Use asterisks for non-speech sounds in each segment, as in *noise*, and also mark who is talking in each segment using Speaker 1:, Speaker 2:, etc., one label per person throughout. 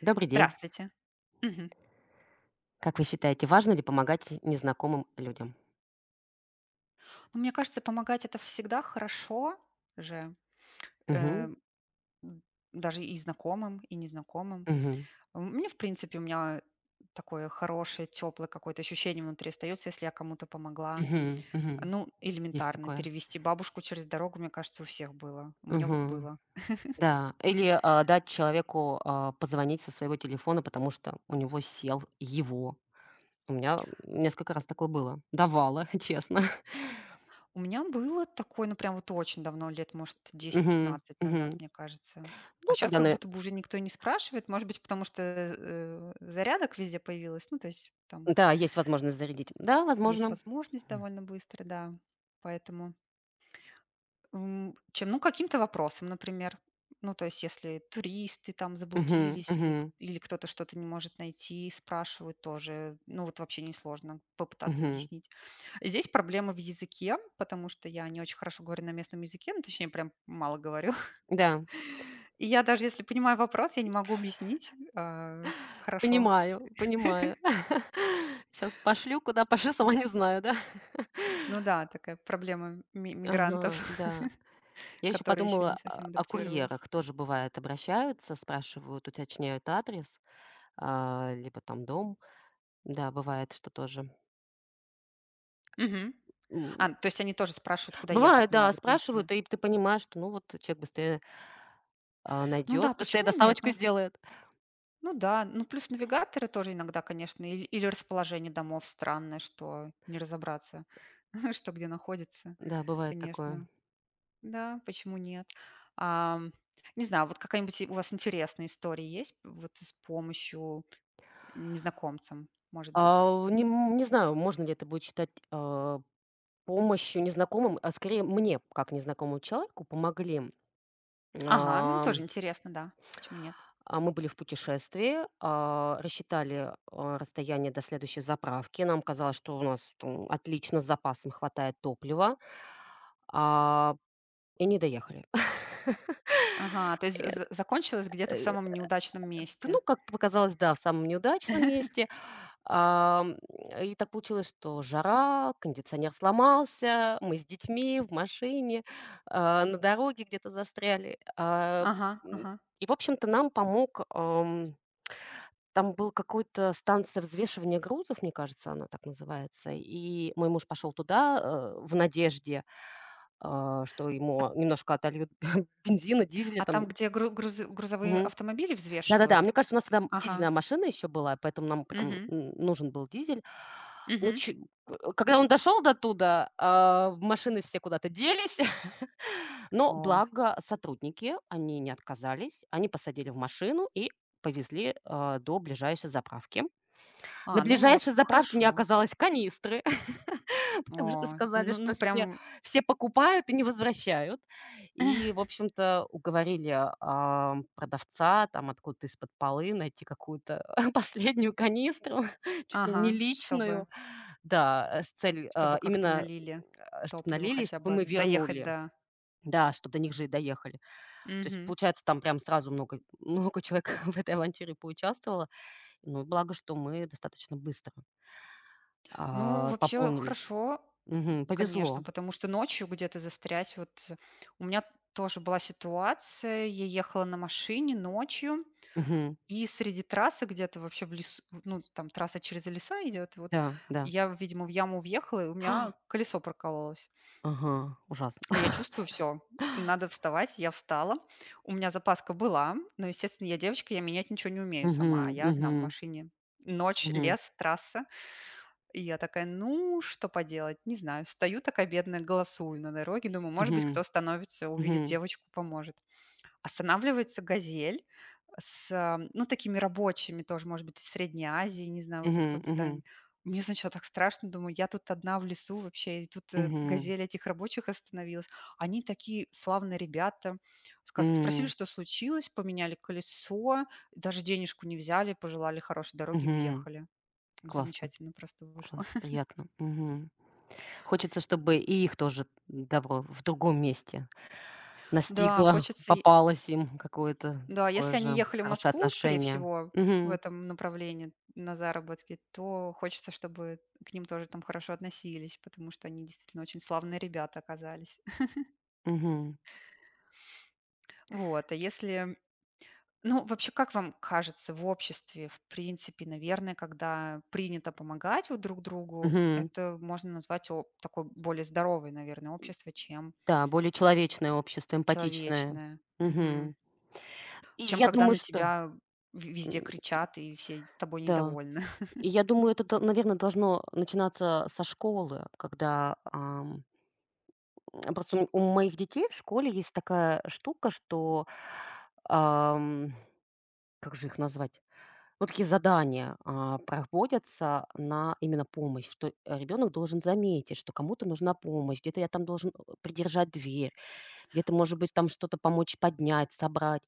Speaker 1: Добрый день.
Speaker 2: Здравствуйте. Мгм.
Speaker 1: Как вы считаете, важно ли помогать незнакомым людям?
Speaker 2: Ну, мне кажется, помогать — это всегда хорошо же, э,
Speaker 1: Мгм.
Speaker 2: м, даже и знакомым, и незнакомым.
Speaker 1: Мгм.
Speaker 2: Мне, в принципе, у меня такое хорошее, теплое какое-то ощущение внутри остается, если я кому-то помогла.
Speaker 1: Мгм. Мгм.
Speaker 2: Ну,
Speaker 1: Есть
Speaker 2: элементарно
Speaker 1: такое.
Speaker 2: перевести бабушку через дорогу, мне кажется, у всех было. У меня вот
Speaker 1: Мгм.
Speaker 2: было.
Speaker 1: Да. Или, дать человеку, позвонить со своего телефона, потому что у него сел его. У меня несколько раз такое было. Давала, *laughs* честно.
Speaker 2: У меня было такое, ну, прям вот очень давно, лет, может,
Speaker 1: Мгм.
Speaker 2: 10-15 назад,
Speaker 1: Мгм.
Speaker 2: мне кажется. А
Speaker 1: Ну,
Speaker 2: сейчас
Speaker 1: тогда,
Speaker 2: как
Speaker 1: на
Speaker 2: будто бы уже никто не спрашивает, может быть, потому что, зарядок везде появилось, ну, то есть там
Speaker 1: да, есть возможность зарядить. Да,
Speaker 2: есть
Speaker 1: возможно.
Speaker 2: возможность довольно быстро, да. Поэтому, чем, ну, каким-то вопросом, например. Ну, то есть если туристы там
Speaker 1: Мгм.
Speaker 2: заблудились, или к
Speaker 1: Мгм.
Speaker 2: или кто-то что-то не может найти, спрашивают тоже. Ну, вот вообще несложно попытаться
Speaker 1: Мгм.
Speaker 2: объяснить. Здесь проблема в языке, потому что я не очень хорошо говорю на местном языке, ну, точнее, прям мало говорю. *laughs*
Speaker 1: Да.
Speaker 2: И я, даже если понимаю вопрос, я не могу объяснить хорошо.
Speaker 1: Понимаю, понимаю. *laughs* Сейчас пошлю, куда пошлю, сама не знаю, да?
Speaker 2: Ну да, такая проблема мигрантов,
Speaker 1: Ага,
Speaker 2: *laughs*
Speaker 1: да. Я еще
Speaker 2: которые еще не
Speaker 1: подумала о
Speaker 2: совсем
Speaker 1: о
Speaker 2: адаптировались.
Speaker 1: курьерах. Тоже бывает, обращаются, спрашивают, уточняют адрес, либо там дом. Да, бывает, что тоже.
Speaker 2: Мгм.
Speaker 1: М,
Speaker 2: А, то есть они тоже спрашивают, куда ехать,
Speaker 1: бывает,
Speaker 2: не
Speaker 1: да,
Speaker 2: могут найти.
Speaker 1: спрашивают, и ты понимаешь, что, ну, вот человек быстрее,
Speaker 2: Ну
Speaker 1: найдет,
Speaker 2: да,
Speaker 1: быстрее
Speaker 2: почему нет?
Speaker 1: доставочку
Speaker 2: Ну,
Speaker 1: сделает.
Speaker 2: ну да, ну плюс навигаторы тоже иногда, конечно, или расположение домов странное, что не разобраться, *laughs* что где находится,
Speaker 1: Да, бывает такое.
Speaker 2: конечно. Да, почему нет? Ам, Не знаю, вот какая-нибудь у вас интересная история есть вот с помощью незнакомцам, может быть?
Speaker 1: Не знаю, можно ли это будет считать, помощью незнакомым, а скорее мне, как незнакомому человеку, помогли.
Speaker 2: Ага, ну
Speaker 1: А
Speaker 2: тоже интересно, да. Почему нет?
Speaker 1: Мы были в путешествии, рассчитали, расстояние до следующей заправки. Нам казалось, что у нас там отлично с запасом хватает топлива, а, и не доехали. *laughs*
Speaker 2: Ага, то есть з з закончилось где-то в
Speaker 1: Э,
Speaker 2: самом неудачном месте.
Speaker 1: ну, как показалось, да, в самом неудачном
Speaker 2: *laughs*
Speaker 1: месте. Ам, и так получилось, что жара, кондиционер сломался, мы с детьми в машине, на дороге где-то застряли.
Speaker 2: Ага,
Speaker 1: М,
Speaker 2: ага.
Speaker 1: и, в общем-то, нам помог. Там был какой-то станция взвешивания грузов, мне кажется, она так называется. И мой муж пошел туда, в надежде, что
Speaker 2: А
Speaker 1: ему немножко отольют *laughs* бензина, дизеля
Speaker 2: а
Speaker 1: там.
Speaker 2: там, где грузовые
Speaker 1: Мгм.
Speaker 2: автомобили
Speaker 1: Да-да-да, мне
Speaker 2: взвешивают?
Speaker 1: кажется, у нас тогда
Speaker 2: Ага.
Speaker 1: дизельная машина еще была, поэтому нам прям
Speaker 2: Угу,
Speaker 1: н нужен был дизель. Ну,
Speaker 2: угу.
Speaker 1: че когда он дошел до туда, машины все куда-то делись, *laughs* но
Speaker 2: О.
Speaker 1: благо сотрудники, они не отказались, они посадили в машину и повезли, до ближайшей заправки. На
Speaker 2: А, ну вот,
Speaker 1: ближайшей заправке не
Speaker 2: хорошо.
Speaker 1: оказалось канистры, *laughs* потому что
Speaker 2: О,
Speaker 1: сказали,
Speaker 2: ну
Speaker 1: что все
Speaker 2: прям.
Speaker 1: все покупают и не возвращают. И,
Speaker 2: *laughs*
Speaker 1: в общем-то, уговорили, продавца там откуда-то из-под полы найти какую-то *laughs* последнюю канистру, *laughs* чуть ли не
Speaker 2: Ага, чтобы
Speaker 1: личную. Да, с целью,
Speaker 2: Чтобы Как-то
Speaker 1: именно,
Speaker 2: налили
Speaker 1: чтобы
Speaker 2: топливо,
Speaker 1: налили,
Speaker 2: хотя
Speaker 1: чтобы
Speaker 2: бы
Speaker 1: мы
Speaker 2: доехать
Speaker 1: вернули.
Speaker 2: до.
Speaker 1: Да, чтобы до них же и доехали. То есть,
Speaker 2: Мгм.
Speaker 1: получается, там прям сразу много много человек *laughs* в этой авантюре поучаствовало. Ну, благо, что мы достаточно быстро
Speaker 2: Ну, вообще
Speaker 1: пополнились.
Speaker 2: хорошо,
Speaker 1: Мгм.
Speaker 2: конечно,
Speaker 1: Повезло.
Speaker 2: потому что ночью где-то застрять вот, у меня тоже была ситуация. Я ехала на машине ночью,
Speaker 1: Мгм.
Speaker 2: и среди трассы где-то вообще в лесу, ну, там трасса через леса идет, вот
Speaker 1: Да, да.
Speaker 2: я, видимо, в яму въехала, и у
Speaker 1: *gasps*
Speaker 2: меня колесо прокололось.
Speaker 1: Ага, ужасно.
Speaker 2: А я чувствую, все, надо
Speaker 1: *laughs*
Speaker 2: вставать. Я встала. У меня запаска была, но, естественно, я девочка, я менять ничего не умею
Speaker 1: Мгм,
Speaker 2: сама. Я одна в
Speaker 1: мгм,
Speaker 2: машине. Ночь,
Speaker 1: мгм,
Speaker 2: лес, трасса. И я такая: "Ну, что поделать, не знаю". Стою такая бедная, голосую на дороге, думаю, может быть, кто
Speaker 1: мгм,
Speaker 2: остановится, увидит
Speaker 1: мгм,
Speaker 2: девочку, поможет. Останавливается "Газель" с, ну, такими рабочими, тоже, может быть, из Средней Азии, не знаю, вот
Speaker 1: мгм,
Speaker 2: откуда-то они.
Speaker 1: мгм,
Speaker 2: Мне сначала так страшно, думаю, я тут одна в лесу вообще, и тут,
Speaker 1: мгм,
Speaker 2: "Газель" этих рабочих остановилась. Они такие славные ребята. Сказ Спросили,
Speaker 1: м,
Speaker 2: что случилось, поменяли колесо, даже денежку не взяли, пожелали хорошей дороги и
Speaker 1: мгм.
Speaker 2: уехали.
Speaker 1: Классно,
Speaker 2: Замечательно просто вышло.
Speaker 1: классно,
Speaker 2: *laughs*
Speaker 1: приятно. Мгм. Хочется, чтобы и их тоже добро в другом месте
Speaker 2: Да,
Speaker 1: настигло,
Speaker 2: хочется.
Speaker 1: попалось им какое-то
Speaker 2: Да,
Speaker 1: такое
Speaker 2: если они
Speaker 1: же
Speaker 2: ехали в
Speaker 1: хорошее
Speaker 2: Москву, скорее
Speaker 1: отношение.
Speaker 2: всего, в
Speaker 1: Мгм,
Speaker 2: этом направлении на заработки, то хочется, чтобы к ним тоже там хорошо относились, потому что они действительно очень славные ребята оказались. *laughs*
Speaker 1: мгм,
Speaker 2: Вот, а если... Ну, вообще, как вам кажется, в обществе, в принципе, наверное, когда принято помогать вот друг другу,
Speaker 1: мгм.
Speaker 2: это можно назвать такое более здоровое, наверное, общество, чем
Speaker 1: Да, более человечное общество, эмпатичное.
Speaker 2: человечное. Мгм.
Speaker 1: Мгм. И
Speaker 2: Чем
Speaker 1: я
Speaker 2: когда
Speaker 1: думаю,
Speaker 2: на
Speaker 1: что
Speaker 2: тебя везде
Speaker 1: м,
Speaker 2: кричат и все тобой
Speaker 1: да.
Speaker 2: недовольны.
Speaker 1: И я думаю, это, наверное, должно начинаться со школы, когда, просто у моих детей в школе есть такая штука, что, ам, как же их назвать? Вот такие задания, проводятся на именно помощь, что, ребенок должен заметить, что кому-то нужна помощь, где-то я там должен, придержать дверь, где-то, может быть, там что-то помочь поднять, собрать.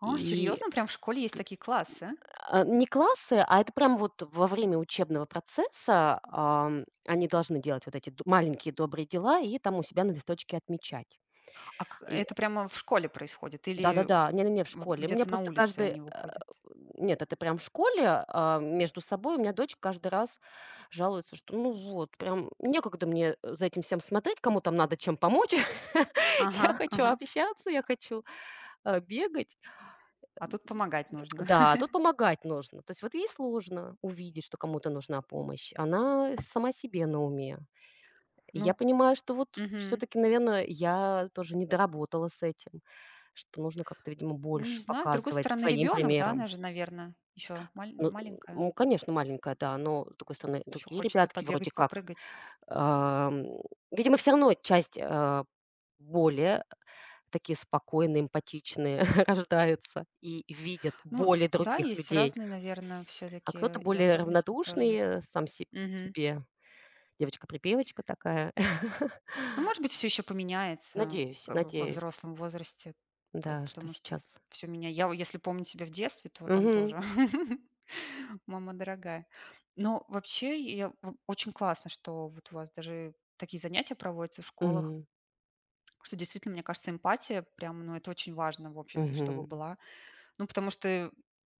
Speaker 2: А,
Speaker 1: И
Speaker 2: серьезно? Прям в школе есть такие классы?
Speaker 1: Не классы, а это прям вот во время учебного процесса, они должны делать вот эти д маленькие добрые дела и там у себя на листочке отмечать.
Speaker 2: А
Speaker 1: И
Speaker 2: это прямо в школе происходит или
Speaker 1: да-да-да, не-не-не, в школе. У меня
Speaker 2: где-то на
Speaker 1: просто
Speaker 2: улице
Speaker 1: каждый,
Speaker 2: они выходят?
Speaker 1: нет, это прям в школе, между собой у меня дочь каждый раз жалуется, что ну вот прям некогда мне за этим всем смотреть, кому там надо чем помочь. *laughs*
Speaker 2: Ага,
Speaker 1: Я хочу
Speaker 2: ага.
Speaker 1: общаться, я хочу, бегать.
Speaker 2: А тут помогать нужно.
Speaker 1: Да,
Speaker 2: *laughs*
Speaker 1: тут помогать нужно. То есть вот ей сложно увидеть, что кому-то нужна помощь. Она сама себе на уме. И
Speaker 2: Ну,
Speaker 1: я понимаю, что вот
Speaker 2: мгм.
Speaker 1: все-таки, наверное, я тоже не доработала с этим, что нужно как-то, видимо,
Speaker 2: Ну, не
Speaker 1: больше
Speaker 2: знаю. С другой
Speaker 1: показывать
Speaker 2: стороны,
Speaker 1: своим
Speaker 2: ребенок, да,
Speaker 1: примером.
Speaker 2: она же, наверное, еще
Speaker 1: Ну,
Speaker 2: маленькая.
Speaker 1: ну, конечно, маленькая, да, но, с другой стороны,
Speaker 2: Еще
Speaker 1: другие
Speaker 2: хочется
Speaker 1: ребятки вроде
Speaker 2: побегать,
Speaker 1: как.
Speaker 2: попрыгать.
Speaker 1: ам, видимо, все равно часть более такие спокойные, эмпатичные *laughs* рождаются и видят
Speaker 2: Ну,
Speaker 1: боли
Speaker 2: да,
Speaker 1: других
Speaker 2: есть
Speaker 1: людей.
Speaker 2: разные, наверное,
Speaker 1: А кто-то
Speaker 2: все-таки и
Speaker 1: более
Speaker 2: особенности
Speaker 1: равнодушный,
Speaker 2: тоже.
Speaker 1: э, сам се
Speaker 2: Мгм.
Speaker 1: себе. Девочка-припевочка такая. *laughs*
Speaker 2: Ну, может быть, все еще поменяется
Speaker 1: Надеюсь,
Speaker 2: к в во
Speaker 1: надеюсь,
Speaker 2: взрослом возрасте, по
Speaker 1: да, что
Speaker 2: потому что
Speaker 1: сейчас.
Speaker 2: все меня, я вот если помню себя в детстве, то там
Speaker 1: Мгм,
Speaker 2: тоже *laughs* мама дорогая. Но вообще, я в очень классно, что вот у вас даже такие занятия проводятся в школах,
Speaker 1: мгм,
Speaker 2: что действительно, мне кажется, эмпатия прям, ну, это очень важно в обществе, чтобы
Speaker 1: мгм.
Speaker 2: была. Ну, потому что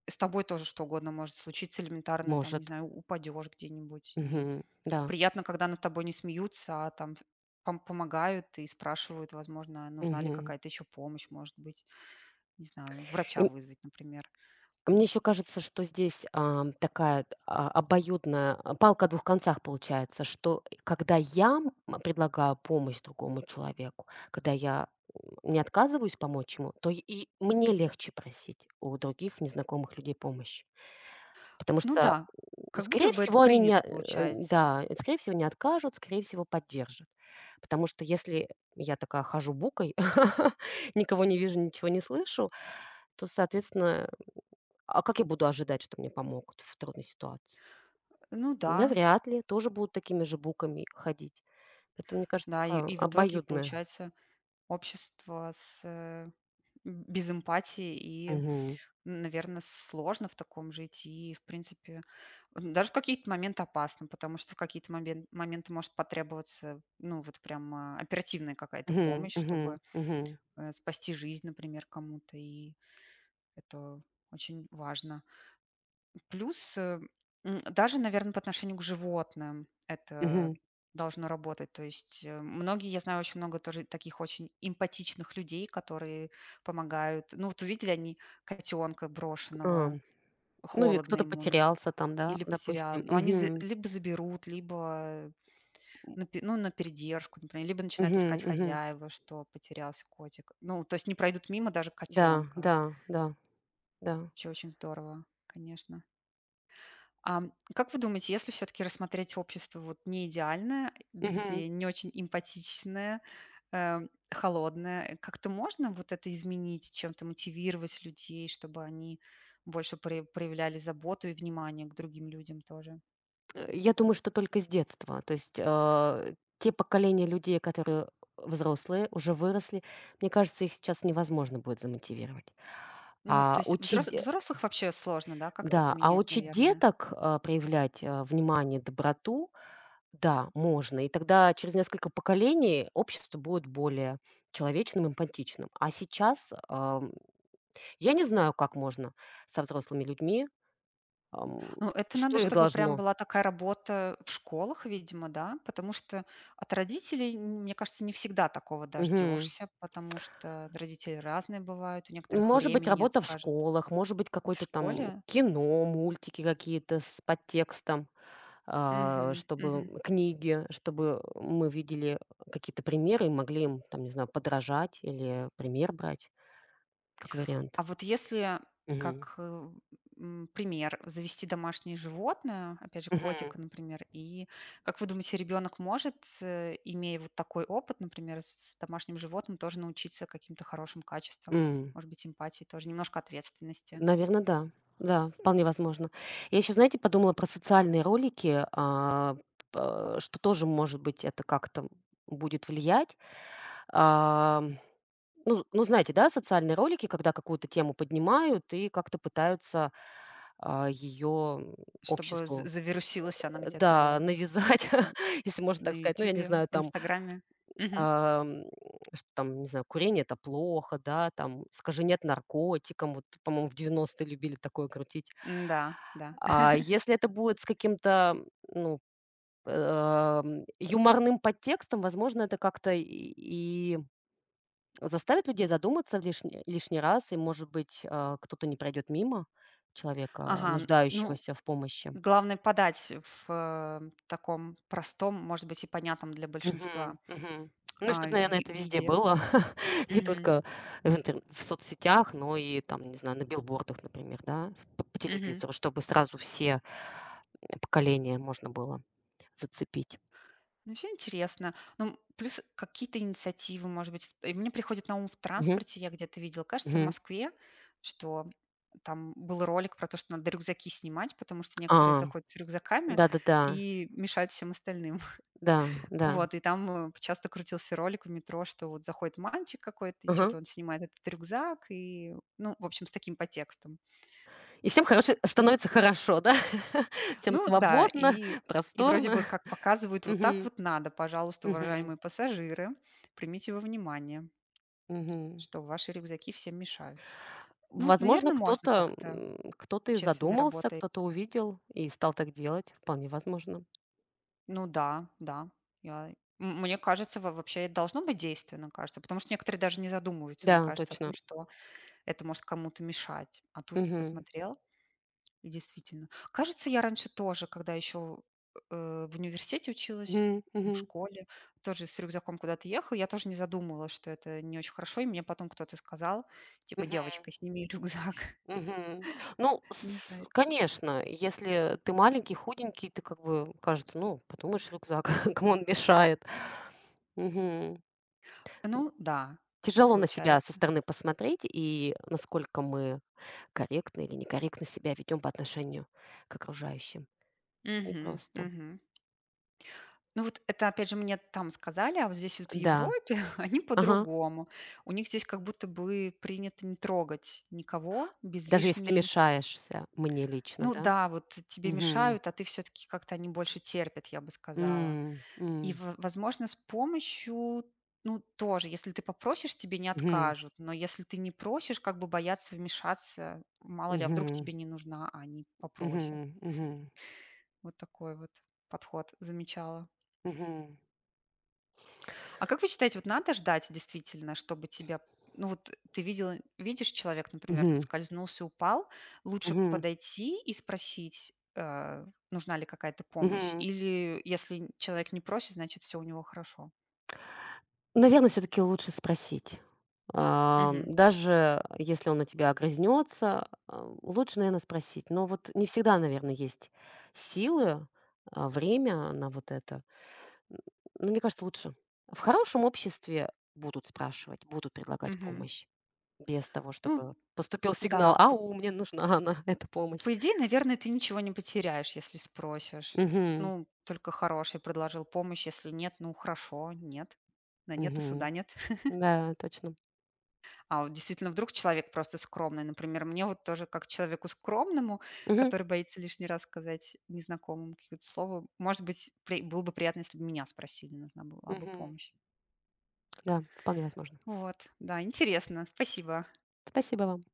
Speaker 2: с тобой тоже что угодно может случиться элементарно, там, не
Speaker 1: Может.
Speaker 2: знаю, упадешь где-нибудь, и
Speaker 1: Мгм. Да.
Speaker 2: приятно, когда над тобой не смеются, а там помогают и спрашивают, возможно, нужна ли
Speaker 1: Мгм.
Speaker 2: какая-то еще помощь, может быть, не знаю, врача вызвать, например.
Speaker 1: И мне еще кажется, что здесь, такая, обоюдная, палка о 2 концах получается, что когда я, предлагаю помощь другому человеку, когда я, не отказываюсь помочь ему, то и мне легче просить у других незнакомых людей помощи. Потому
Speaker 2: Ну
Speaker 1: что,
Speaker 2: да, как будто
Speaker 1: скорее
Speaker 2: бы это
Speaker 1: всего, они не
Speaker 2: принято
Speaker 1: э,
Speaker 2: получается.
Speaker 1: да, скорее всего, не откажут, скорее всего, поддержат. Потому что если я такая хожу букой, *laughs* никого не вижу, ничего не слышу, то, соответственно, а как я буду ожидать, что мне помогут в трудной ситуации?
Speaker 2: Ну да,
Speaker 1: Навряд ли, тоже будут такими же буками ходить. Поэтому, мне кажется,
Speaker 2: да, и,
Speaker 1: такая
Speaker 2: и в итоге
Speaker 1: обоюдная.
Speaker 2: получается общество без эмпатии, и,
Speaker 1: Мгм.
Speaker 2: наверное, сложно в таком жить. И, в принципе, даже в какие-то моменты опасно, потому что в какие-то моменты может потребоваться, ну, вот прям оперативная какая-то
Speaker 1: Мгм.
Speaker 2: помощь,
Speaker 1: Мгм.
Speaker 2: чтобы
Speaker 1: Мгм.
Speaker 2: спасти жизнь, например, кому-то, и это очень важно. Плюс даже, наверное, по отношению к животным это
Speaker 1: Мгм.
Speaker 2: должно работать. То есть многие, я знаю очень много тоже таких очень эмпатичных людей, которые помогают. Ну вот увидели они котенка
Speaker 1: А,
Speaker 2: брошенного,
Speaker 1: ну или
Speaker 2: холодно
Speaker 1: кто-то
Speaker 2: ему,
Speaker 1: потерялся там, да,
Speaker 2: или потерял.
Speaker 1: допустим.
Speaker 2: Ну, они
Speaker 1: Мгм.
Speaker 2: либо заберут, либо ну, на передержку, например, либо начинают
Speaker 1: Мгм.
Speaker 2: искать
Speaker 1: Мгм.
Speaker 2: хозяева, что потерялся котик. Ну, то есть не пройдут мимо даже
Speaker 1: Да,
Speaker 2: котенка.
Speaker 1: да, да. Да.
Speaker 2: Вообще очень здорово, конечно. А как вы думаете, если все таки рассмотреть общество вот не идеальное,
Speaker 1: Мгм.
Speaker 2: где не очень эмпатичное, холодное, как-то можно вот это изменить, чем-то мотивировать людей, чтобы они больше пре проявляли заботу и внимание к другим людям тоже?
Speaker 1: Я думаю, что только с детства. То есть, те поколения людей, которые взрослые, уже выросли, мне кажется, их сейчас невозможно будет замотивировать.
Speaker 2: Ну, то
Speaker 1: А
Speaker 2: есть
Speaker 1: учить, де
Speaker 2: взрослых вообще сложно, да, как-то
Speaker 1: да, а
Speaker 2: поменять,
Speaker 1: учить
Speaker 2: наверное?
Speaker 1: деток, проявлять, внимание, доброту, да, можно. И тогда через несколько поколений общество будет более человечным, эмпатичным. А сейчас, ам, я не знаю, как можно со взрослыми людьми, ам,
Speaker 2: Ну, это надо,
Speaker 1: что их
Speaker 2: чтобы прям
Speaker 1: должно.
Speaker 2: была такая работа в школах, видимо, да, потому что от родителей, мне кажется, не всегда такого
Speaker 1: Мгм.
Speaker 2: дождешься, потому что родители разные бывают, у некоторых
Speaker 1: Может быть,
Speaker 2: времени нет,
Speaker 1: работа в
Speaker 2: скажет.
Speaker 1: школах, может быть,
Speaker 2: Вот в
Speaker 1: какое-то там
Speaker 2: школе?
Speaker 1: кино, мультики какие-то с подтекстом,
Speaker 2: Мгм, мгм.
Speaker 1: чтобы книги, чтобы мы видели какие-то примеры и могли им, там, не знаю, подражать или пример брать, как
Speaker 2: А
Speaker 1: вариант.
Speaker 2: вот если,
Speaker 1: Мгм.
Speaker 2: как, пример, завести домашнее животное, опять же,
Speaker 1: Мгм.
Speaker 2: котика, например, и как вы думаете, ребенок может, имея вот такой опыт, например, с домашним животным, тоже научиться каким-то хорошим качествам,
Speaker 1: М.
Speaker 2: может быть, эмпатии, тоже немножко ответственности,
Speaker 1: Да. Да, вполне возможно. Я еще, знаете, подумала про социальные ролики, п что тоже, может быть, это как-то будет влиять. А ну ну, знаете, да, социальные ролики, когда какую-то тему поднимают и как-то пытаются, ее
Speaker 2: чтобы
Speaker 1: обществу,
Speaker 2: завирусилась она
Speaker 1: да,
Speaker 2: где-то
Speaker 1: навязать,
Speaker 2: в-
Speaker 1: *laughs* если можно
Speaker 2: на
Speaker 1: так сказать. Ну, я не
Speaker 2: Ютубе,
Speaker 1: знаю,
Speaker 2: в
Speaker 1: там,
Speaker 2: Инстаграме? Мгм.
Speaker 1: ам, что там, не знаю, курение — это плохо, да, там, скажи "нет" наркотикам. Вот, по-моему, в девяностые любили такое крутить.
Speaker 2: Да, да.
Speaker 1: А если это будет с каким-то, ну, юморным подтекстом, возможно, это как-то и заставит людей задуматься в лишний раз, и, может быть, кто-то не пройдет мимо человека,
Speaker 2: Ага, ну,
Speaker 1: нуждающегося в помощи.
Speaker 2: главное подать в таком простом, может быть, и понятном для
Speaker 1: Мгм,
Speaker 2: большинства
Speaker 1: мгм. Ну, и чтоб, наверное,
Speaker 2: ви
Speaker 1: это везде
Speaker 2: виде.
Speaker 1: было, *laughs* не
Speaker 2: Мгм.
Speaker 1: только в соцсетях, но и там, не знаю, на билбордах, например, да, по
Speaker 2: Мгм.
Speaker 1: телевизору, чтобы сразу все поколения можно было зацепить.
Speaker 2: Ну, все интересно. Ну, плюс какие-то инициативы, может быть, и мне приходит на ум в
Speaker 1: Мгм,
Speaker 2: транспорте, я где-то видела, кажется, в
Speaker 1: мгм.
Speaker 2: Москве, что там был ролик про то, что надо рюкзаки снимать, потому что
Speaker 1: А,
Speaker 2: некоторые заходят с рюкзаками
Speaker 1: да-да-да,
Speaker 2: и мешают всем остальным.
Speaker 1: да,
Speaker 2: *laughs*
Speaker 1: да.
Speaker 2: Вот, и там, часто крутился ролик в метро, что вот заходит мальчик какой-то, и
Speaker 1: Ага.
Speaker 2: что-то он снимает этот рюкзак, и, ну, в общем, с таким подтекстом.
Speaker 1: И всем хорошо становится хорошо, да? *laughs* Всем
Speaker 2: Ну да,
Speaker 1: свободно,
Speaker 2: и, вроде
Speaker 1: просторно.
Speaker 2: бы как показывают, вот так
Speaker 1: Мгм.
Speaker 2: вот надо, пожалуйста,
Speaker 1: Мгм.
Speaker 2: уважаемые пассажиры, примите во внимание,
Speaker 1: Мгм.
Speaker 2: что ваши рюкзаки всем мешают. Ну,
Speaker 1: Возможно,
Speaker 2: наверное, можно
Speaker 1: кто-то,
Speaker 2: как-то
Speaker 1: кто-то и
Speaker 2: общественной
Speaker 1: задумался,
Speaker 2: работой.
Speaker 1: кто-то увидел и стал так делать. Вполне возможно.
Speaker 2: Ну да, да, я, мне кажется, вообще это должно быть действенно, кажется, потому что некоторые даже не задумываются, мне
Speaker 1: Да,
Speaker 2: кажется, о том,
Speaker 1: точно.
Speaker 2: что это может кому-то мешать. А тут
Speaker 1: Мгм.
Speaker 2: посмотрел. Действительно. Кажется, я раньше тоже, когда еще, э, в университете училась,
Speaker 1: Мгм.
Speaker 2: и в
Speaker 1: Мгм.
Speaker 2: школе, тоже с рюкзаком куда-то ехала, я тоже не задумывалась, что это не очень хорошо, и мне потом кто-то сказал, типа:
Speaker 1: Мгм.
Speaker 2: "Девочка, сними рюкзак, *laughs*
Speaker 1: Мгм. Ну, с
Speaker 2: мешает".
Speaker 1: конечно, если ты маленький, худенький, ты как бы кажется, ну, подумаешь, рюкзак, *laughs* кому он мешает. Мгм.
Speaker 2: Ну да,
Speaker 1: Тяжело на себя со
Speaker 2: получается.
Speaker 1: стороны посмотреть и насколько мы корректно или некорректно себя ведем по отношению к окружающим.
Speaker 2: Мгм,
Speaker 1: Непросто.
Speaker 2: мгм. Ну вот это, опять же, мне там сказали, а вот здесь вот в
Speaker 1: Да,
Speaker 2: Европе *laughs* они
Speaker 1: ага.
Speaker 2: по-другому. У них здесь как будто бы принято не трогать никого без
Speaker 1: Даже если ты
Speaker 2: лишней.
Speaker 1: мешаешься мне лично,
Speaker 2: Ну
Speaker 1: да?
Speaker 2: да, вот тебе
Speaker 1: Мгм.
Speaker 2: мешают, а ты все-таки как-то, они больше терпят, я бы сказала.
Speaker 1: М,
Speaker 2: И,
Speaker 1: м,
Speaker 2: возможно, с помощью, ну тоже, если ты попросишь, тебе не
Speaker 1: мгм,
Speaker 2: откажут, но если ты не просишь, как бы боятся вмешаться, мало ли, а вдруг
Speaker 1: мгм,
Speaker 2: тебе не нужна, а они попросят.
Speaker 1: мгм, мгм,
Speaker 2: Вот такой вот подход замечала.
Speaker 1: мгм,
Speaker 2: А как вы считаете, вот надо ждать действительно, чтобы тебя, ну вот ты видел, видишь, человек, например,
Speaker 1: мгм,
Speaker 2: подскользнулся, упал, лучше
Speaker 1: мгм,
Speaker 2: подойти и спросить, нужна ли какая-то помощь?
Speaker 1: мгм.
Speaker 2: Или если человек не просит, значит, все у него хорошо?
Speaker 1: Наверно, всё-таки лучше спросить.
Speaker 2: Мгм.
Speaker 1: Даже если он на тебя огрызнется, лучше, наверное, спросить. Но вот не всегда, наверное, есть силы, время на вот это. М, ну, мне кажется, лучше. В хорошем обществе будут спрашивать, будут предлагать
Speaker 2: Мгм.
Speaker 1: помощь. Без того,
Speaker 2: Ну,
Speaker 1: чтобы поступил
Speaker 2: да,
Speaker 1: сигнал: "Ау, мне нужна она, *laughs* эта помощь".
Speaker 2: по идее, наверное, ты ничего не потеряешь, если спросишь.
Speaker 1: Мгм,
Speaker 2: Ну, только хороший предложил помощь, если нет, ну хорошо, нет. На нет и суда
Speaker 1: мгм.
Speaker 2: нет.
Speaker 1: Да, точно.
Speaker 2: А вот действительно, вдруг человек просто скромный. Например, мне вот тоже как человеку скромному,
Speaker 1: Мгм,
Speaker 2: который боится лишний раз сказать незнакомым какие-то слово, может быть, было бы приятно, если бы меня спросили, нужна была бы
Speaker 1: мгм.
Speaker 2: помощь.
Speaker 1: Да, вполне возможно.
Speaker 2: Вот, да, интересно, спасибо.
Speaker 1: Спасибо вам.